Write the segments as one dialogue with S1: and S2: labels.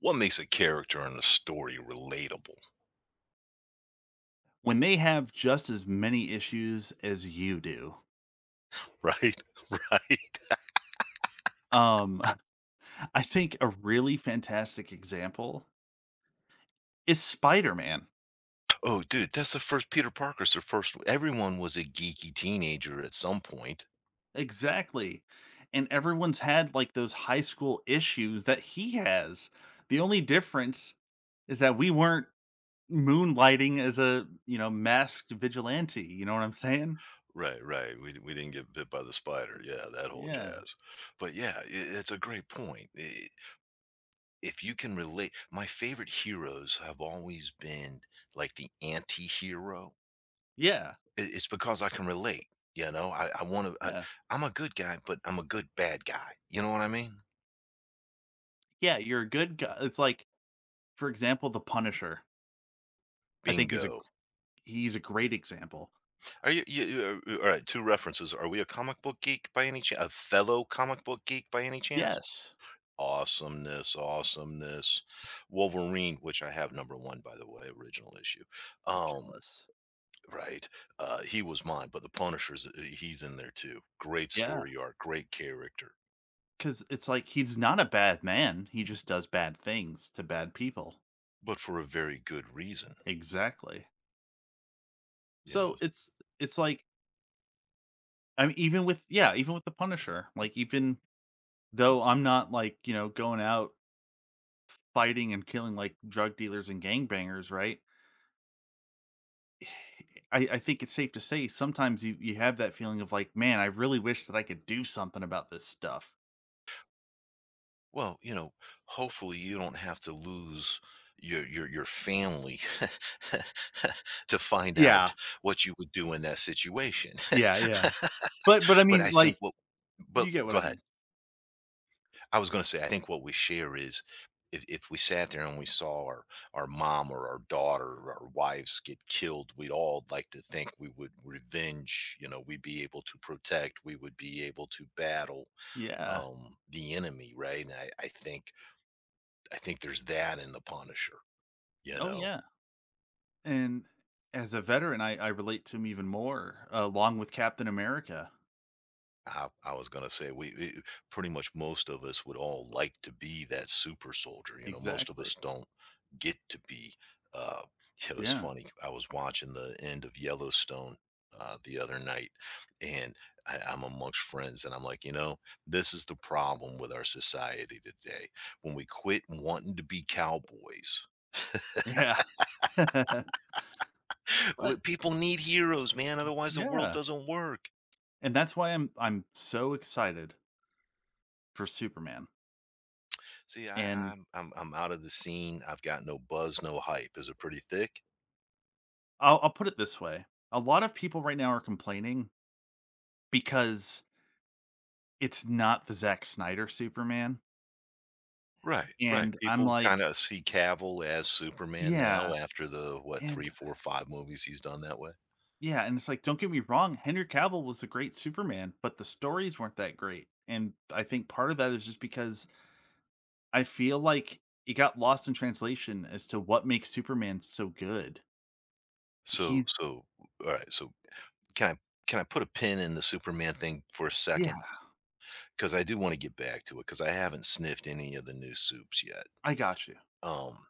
S1: What makes a character in a story relatable?
S2: When they have just as many issues as you do.
S1: Right? Right?
S2: Um, I think a really fantastic example is Spider Man.
S1: Oh, dude, that's the first Peter Parker's the first. Everyone was a geeky teenager at some point.
S2: Exactly. And everyone's had like those high school issues that he has. The only difference is that we weren't moonlighting as a, you know, masked vigilante. You know what I'm saying?
S1: Right, right. We didn't get bit by the spider. Yeah, that whole
S2: Yeah.
S1: jazz. But yeah, I it's a great point. If you can relate, my favorite heroes have always been like the anti hero.
S2: Yeah.
S1: It's because I can relate. I want to,
S2: Yeah.
S1: I'm a good guy, but I'm a good bad guy. You know what I mean?
S2: Yeah. You're a good guy. It's like, for example, The Punisher. I think he's a
S1: Bingo.
S2: he's a great example.
S1: Are you, all right, 2 references. Are we a comic book geek by any chance? A fellow comic book geek by any chance?
S2: Yes.
S1: Awesomeness, awesomeness. Wolverine, which I have number 1, by the way, original issue. Um,
S2: Jealous.
S1: right, he was mine, but the Punisher's, he's in there too. Great
S2: Yeah.
S1: story arc, great character,
S2: Because it's like he's not a bad man, he just does bad things to bad people.
S1: but for a very good reason,
S2: Exactly.
S1: you know?
S2: So it's like I mean, even with yeah, even with The Punisher, like, even though I'm not, like, you know, going out fighting and killing, like, drug dealers and gangbangers, right? I think it's safe to say sometimes you have that feeling of like, "Man, I really wish that I could do something about this stuff."
S1: Well, you know, hopefully you don't have to lose your family to find
S2: Yeah.
S1: out what you would do in that situation.
S2: Yeah, yeah. But I
S1: But
S2: mean,
S1: I think
S2: like,
S1: what but
S2: you get what
S1: go
S2: I
S1: ahead.
S2: mean.
S1: I was going to say I think what we share is if we sat there and we saw our mom or our daughter or our wives get killed, we'd all like to think we would revenge, you know, we'd be able to protect, we would be able to battle
S2: Yeah.
S1: the enemy, right? And I think I think there's that in The Punisher, you
S2: Oh,
S1: know?
S2: yeah. And as a veteran, I relate to him even more, along with Captain America.
S1: I was gonna say we pretty much most of us would all like to be that super soldier, you know, most of
S2: Exactly.
S1: us don't get to be, uh it was
S2: Yeah.
S1: funny, I was watching the end of Yellowstone, the other night, and I'm amongst friends, and I'm like, "You know, this is the problem with our society today. When we quit wanting to be cowboys,
S2: Yeah.
S1: w
S2: But
S1: people need heroes, man, otherwise the world
S2: yeah,
S1: doesn't work."
S2: and that's why I'm so excited for Superman.
S1: See, I,
S2: And
S1: I'm I'm I'm out of the scene. I've got no buzz, no hype. Is it pretty thick?
S2: I'll put it this way, a lot of people right now are complaining because it's not the Zack Snyder Superman,
S1: Right, right.
S2: and I'm
S1: People kind
S2: like,
S1: of see Cavill as Superman now
S2: yeah,
S1: after the what three,
S2: and
S1: four, five movies he's done that way.
S2: yeah, and it's like, don't get me wrong, Henry Cavill was a great Superman, but the stories weren't that great. And I think part of that is just because I feel like it got lost in translation as to what makes Superman so good.
S1: So,
S2: He's
S1: so all right. So can I can I put a pin in the Superman thing for a
S2: yeah,
S1: second? Because I do want to get back to it because I haven't sniffed any of the new soups yet.
S2: I got you.
S1: Um,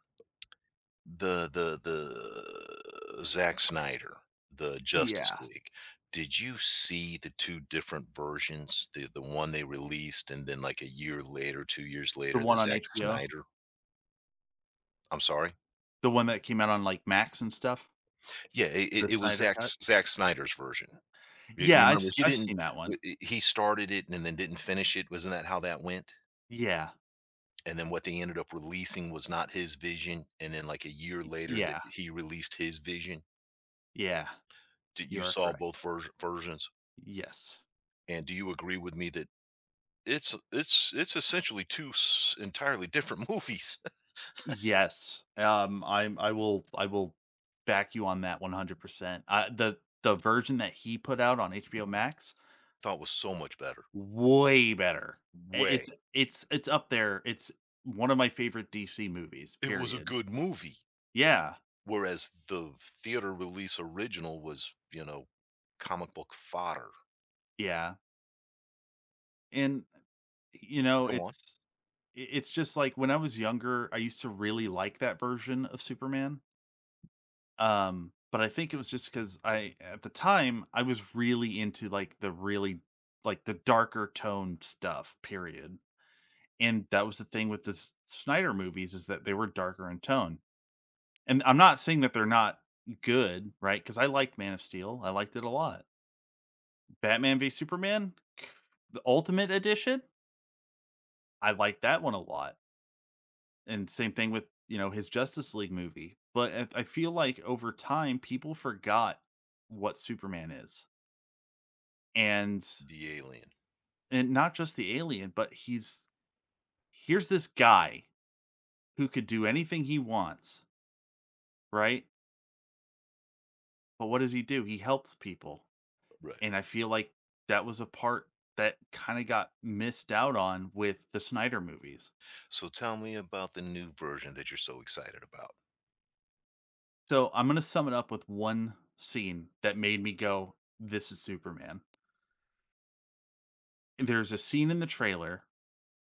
S1: the Zack Snyder, the Justice
S2: Yeah.
S1: League. Did you see the 2 different versions? The one they released and then, like, a year later, 2 years
S2: The
S1: later, the
S2: one on
S1: Zack
S2: HBO,
S1: Snyder. I'm sorry?
S2: the one that came out on like Max and stuff,
S1: Yeah, it it
S2: the
S1: it was
S2: Snyder
S1: Zack
S2: cut.
S1: Zack Snyder's version. You
S2: Yeah,
S1: remember he
S2: I've
S1: didn't
S2: seen that one.
S1: w I he started it and then didn't finish it. Wasn't that how that went?
S2: Yeah.
S1: And then what they ended up releasing was not his vision, and then, like, a year later that
S2: Yeah.
S1: he released his vision.
S2: Yeah.
S1: Did you
S2: You are
S1: saw
S2: correct.
S1: both versions?
S2: Yes.
S1: And do you agree with me that it's essentially 2 s entirely different movies?
S2: Yes. I'm I will back you on that 100%. The version that he put out on HBO Max,
S1: Thought was so much better.
S2: way better. I
S1: Way.
S2: it's up there. It's one of my favorite DC movies,
S1: It was a
S2: period.
S1: good movie,
S2: Yeah.
S1: whereas the theater release original was, you know, comic book fodder.
S2: Yeah. And, you know,
S1: Go on.
S2: it's just like when I was younger, I used to really like that version of Superman. But I think it was just because I at the time, I was really into, like, the really like, the darker tone stuff, period, and that was the thing with the S Snyder movies is that they were darker in tone, and I'm not saying that they're not good, right? Because I liked Man of Steel, I liked it a lot. Batman v Superman, the Ultimate Edition, I liked that one a lot, and same thing with, you know, his Justice League movie, but I feel like over time, people forgot what Superman is. And
S1: The Alien.
S2: and not just the alien, but he's here's this guy who could do anything he wants, right? But what does he do? He helps people.
S1: Right.
S2: And I feel like that was a part that kind of got missed out on with the Snyder movies.
S1: So tell me about the new version that you're so excited about.
S2: So I'm going to sum it up with one scene that made me go, this is Superman. There's a scene in the trailer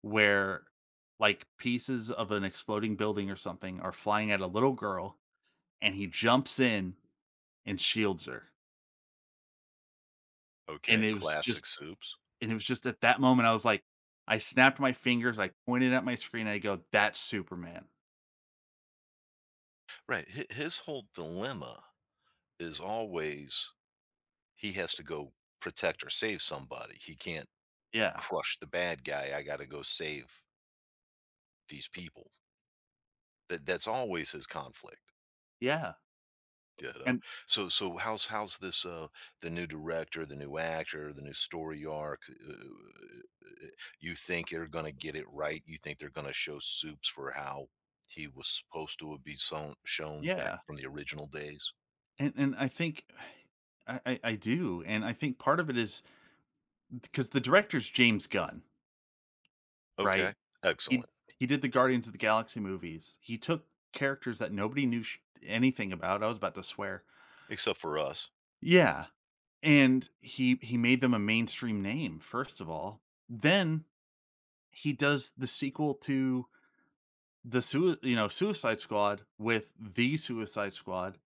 S2: where like pieces of an exploding building or something are flying at a little girl and he jumps in and shields her,
S1: Okay,
S2: and it was
S1: classic
S2: just
S1: soups.
S2: and it was just at that moment, I was like I snapped my fingers, I pointed at my screen, I go, "That's Superman."
S1: Right, hi his whole dilemma is always he has to go protect or save somebody. He can't
S2: Yeah,
S1: crush the bad guy. I got to go save these people. That's always his conflict,
S2: yeah,
S1: you know.
S2: and
S1: So how's how's this the new director, the new actor, the new story arc? Uh, you think they're gonna get it right? You think they're gonna show Soups for how he was supposed to be shown back
S2: yeah,
S1: from the original days?
S2: and I think I do, and I think part of it is because the director's James Gunn,
S1: Okay,
S2: right? He
S1: excellent.
S2: he did the Guardians of the Galaxy movies. He took characters that nobody knew sh anything about, I was about to swear.
S1: Except for us,
S2: Yeah, and he made them a mainstream name, first of all. Then he does the sequel to you know Suicide Squad with the Suicide Squad,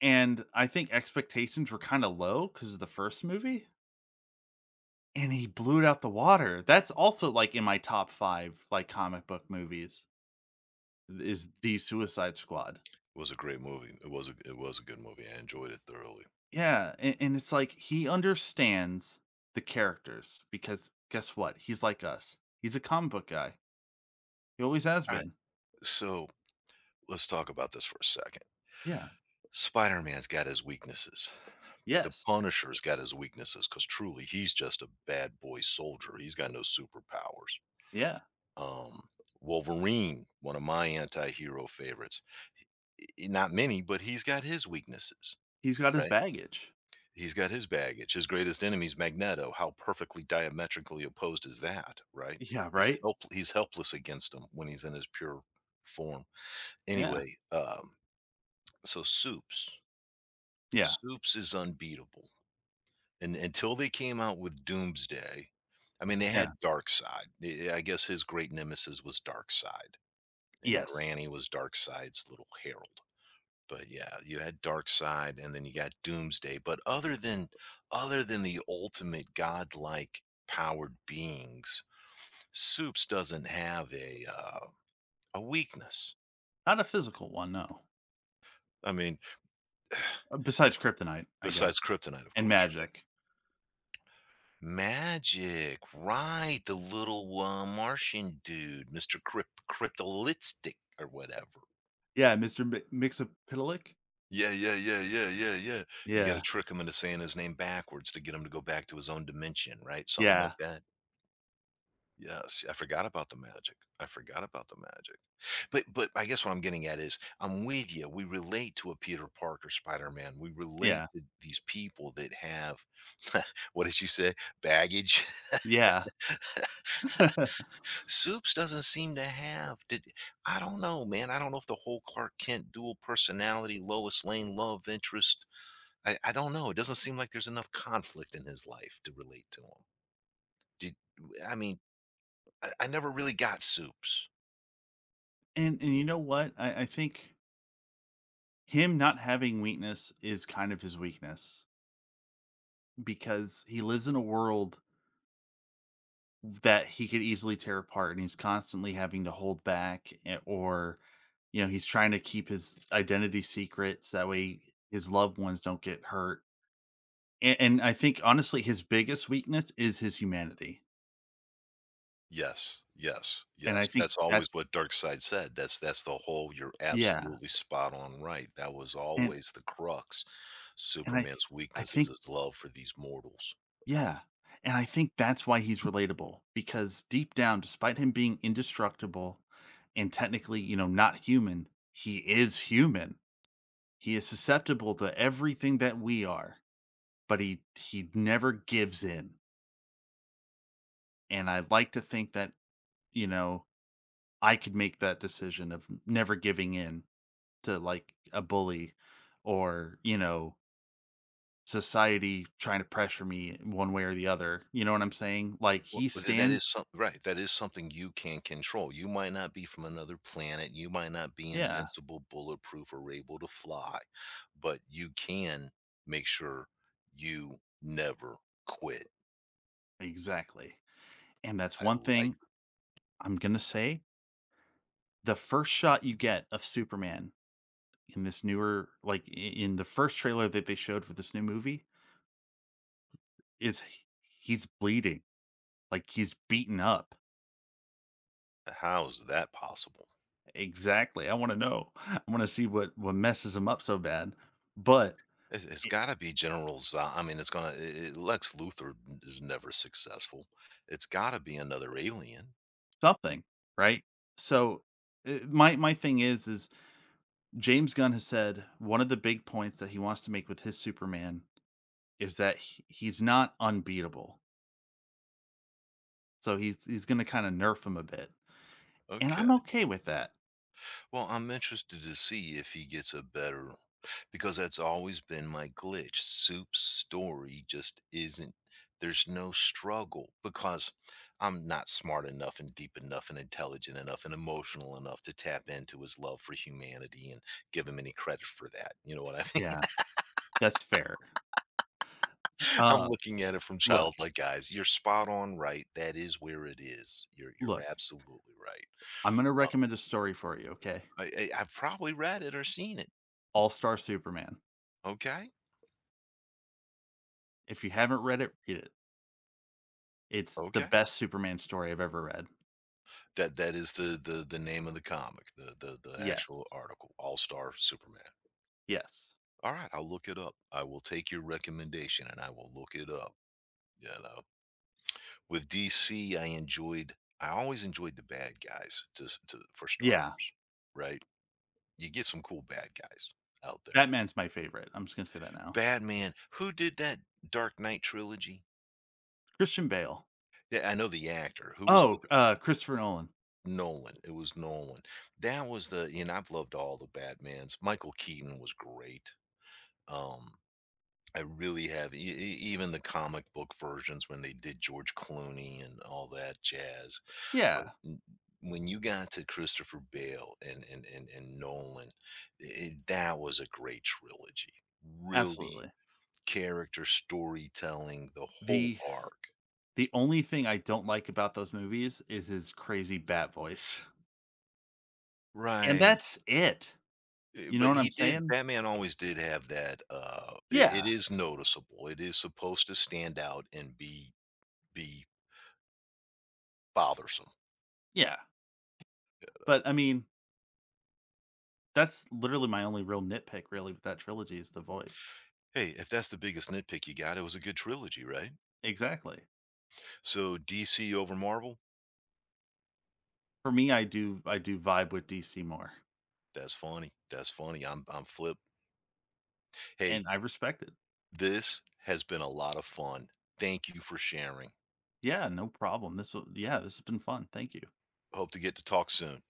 S2: and I think expectations were kind of low because of the first movie, and he blew it out the water. That's also like in my top 5 like comic book movies is the Suicide Squad.
S1: it was a great movie. It was a good movie. I enjoyed it thoroughly.
S2: Yeah, and it's like he understands the characters because guess what? He's like us. He's a comic book guy. He always has
S1: All right,
S2: been.
S1: so let's talk about this for a second.
S2: Yeah.
S1: Spider-Man's got his weaknesses. The
S2: Yes.
S1: Punisher's got his weaknesses because truly he's just a bad boy soldier. He's got no superpowers.
S2: Yeah.
S1: Um, Wolverine, one of my anti-hero favorites. Not many, but he's got his weaknesses,
S2: He's got his
S1: right?
S2: baggage.
S1: He's got his baggage. His greatest enemy's Magneto. How perfectly diametrically opposed is that, right?
S2: Yeah, right?
S1: He's helpless against him when he's in his pure form.
S2: Yeah,
S1: Anyway, so Supes.
S2: yeah,
S1: Supes is unbeatable. And until they came out with Doomsday, I mean, they
S2: yeah,
S1: had Darkseid. I guess his great nemesis was Darkseid, and
S2: yes.
S1: Granny was Darkseid's little herald. But yeah, you had Darkseid, and then you got Doomsday. But other than the ultimate godlike powered beings, Soups doesn't have a weakness.
S2: Not a physical one, no.
S1: I mean,
S2: Besides kryptonite, I
S1: besides
S2: guess,
S1: Kryptonite, of
S2: and
S1: course,
S2: magic.
S1: magic, right? The little Martian dude, Mr. Cryptolithic or whatever.
S2: Yeah, Mr. Mi Mixapitalik?
S1: Yeah, yeah, yeah, yeah, yeah, yeah. You got to
S2: Yeah,
S1: trick him into saying his name backwards to get him to go back to his own dimension, right? Something like
S2: yeah,
S1: that. Yes, I forgot about the magic. I forgot about the magic. But I guess what I'm getting at is I'm with you. We relate to a Peter Parker Spider-Man. We relate
S2: yeah,
S1: to these people that have what did you say? Baggage.
S2: yeah.
S1: Supes doesn't seem to have did I don't know, man. I don't know if the whole Clark Kent dual personality, Lois Lane love interest. I don't know. It doesn't seem like there's enough conflict in his life to relate to him. Did I mean I never really got Supes.
S2: And you know what? I think him not having weakness is kind of his weakness because he lives in a world that he could easily tear apart, and he's constantly having to hold back a or, you know, he's trying to keep his identity secret so that way his loved ones don't get hurt. And I think honestly his biggest weakness is his humanity,
S1: Yes, yes,
S2: and I
S1: yes.
S2: think
S1: That's always
S2: that's
S1: what Darkseid said. That's the whole. You're
S2: yeah,
S1: absolutely spot on, right? That was
S2: and
S1: always the crux.
S2: and I
S1: Superman's
S2: I
S1: weakness is
S2: think
S1: his love for these mortals.
S2: yeah, and I think that's why he's relatable because deep down, despite him being indestructible and technically, you know, not human, he is human. He is susceptible to everything that we are, but he never gives in, and I like to think that, you know, I could make that decision of never giving in to like a bully or, you know, society trying to pressure me one way or the other. You know what I'm saying? Like
S1: Well,
S2: he
S1: well, th that
S2: stands
S1: is some right, that is something you can control. You might not be from another planet, you might not be
S2: yeah,
S1: invincible, bulletproof, or able to fly, but you can make sure you never quit.
S2: exactly. And that's
S1: I
S2: one
S1: like
S2: thing
S1: it.
S2: I'm going to say. The first shot you get of Superman in this newer in the first trailer that they showed for this new movie is h- he's bleeding. Like he's beaten up.
S1: How is that possible?
S2: Exactly. I want to know. I want to see what messes him up so bad. But
S1: It's gotta be General Zod. I mean, it's gonna I Lex Luthor is never successful. It's gotta be another alien.
S2: something, right? So, my thing is James Gunn has said one of the big points that he wants to make with his Superman is that he's not unbeatable. So he's gonna kinda nerf him a bit, and
S1: Okay.
S2: I'm okay with that.
S1: Well, I'm interested to see if he gets a better because that's always been my glitch. Soup's story just isn't there's no struggle because I'm not smart enough and deep enough and intelligent enough and emotional enough to tap into his love for humanity and give him any credit for that. You know what I mean?
S2: Yeah, that's fair.
S1: I'm
S2: Uh,
S1: looking at it from
S2: look,
S1: childlike eyes. You're spot on right. That is where it is. You're
S2: look,
S1: absolutely right.
S2: I'm gonna
S1: Oh,
S2: recommend a story for you, okay?
S1: I've probably read it or seen it.
S2: All-Star Superman.
S1: Okay.
S2: If you haven't read it, read it. It's the
S1: Okay.
S2: best Superman story I've ever read.
S1: That that is the the name of the comic, the the
S2: Yes,
S1: actual article, All Star Superman.
S2: yes.
S1: All right, I'll look it up. I will take your recommendation and I will look it up. You know, with DC, I enjoyed. I always enjoyed the bad guys to, for
S2: Yeah,
S1: starters, right? You get some cool bad guys out there.
S2: Batman's my favorite. I'm just gonna say that now.
S1: Batman, who did that Dark Knight trilogy?
S2: Christian Bale.
S1: Yeah, I know the actor. Who was the
S2: Oh, Christopher Nolan.
S1: Nolan? It was Nolan. That was the you know I've loved all the Batmans. Michael Keaton was great. Um, I really have. Even the comic book versions when they did George Clooney and all that jazz. But
S2: Yeah,
S1: when you got to Christopher Bale and Nolan, that was a great trilogy. Really,
S2: absolutely.
S1: character storytelling, the whole
S2: The
S1: arc.
S2: only thing I don't like about those movies is his crazy bat voice. And
S1: Right.
S2: that's it. You know
S1: But
S2: what
S1: he
S2: I'm
S1: did.
S2: saying?
S1: Batman always did have that. It
S2: Yeah.
S1: is noticeable. It is supposed to stand out and be bothersome.
S2: Yeah. But I mean, that's literally my only real nitpick really with that trilogy is the voice.
S1: Hey, if that's the biggest nitpick you got, it was a good trilogy, right?
S2: Exactly.
S1: So DC over Marvel,
S2: For me, I do vibe with DC more.
S1: that's funny. That's funny. I'm flip. Hey,
S2: And I respect it.
S1: this has been a lot of fun. Thank you for sharing.
S2: Yeah, no problem. This was yeah, this has been fun. Thank you.
S1: Hope to get to talk soon.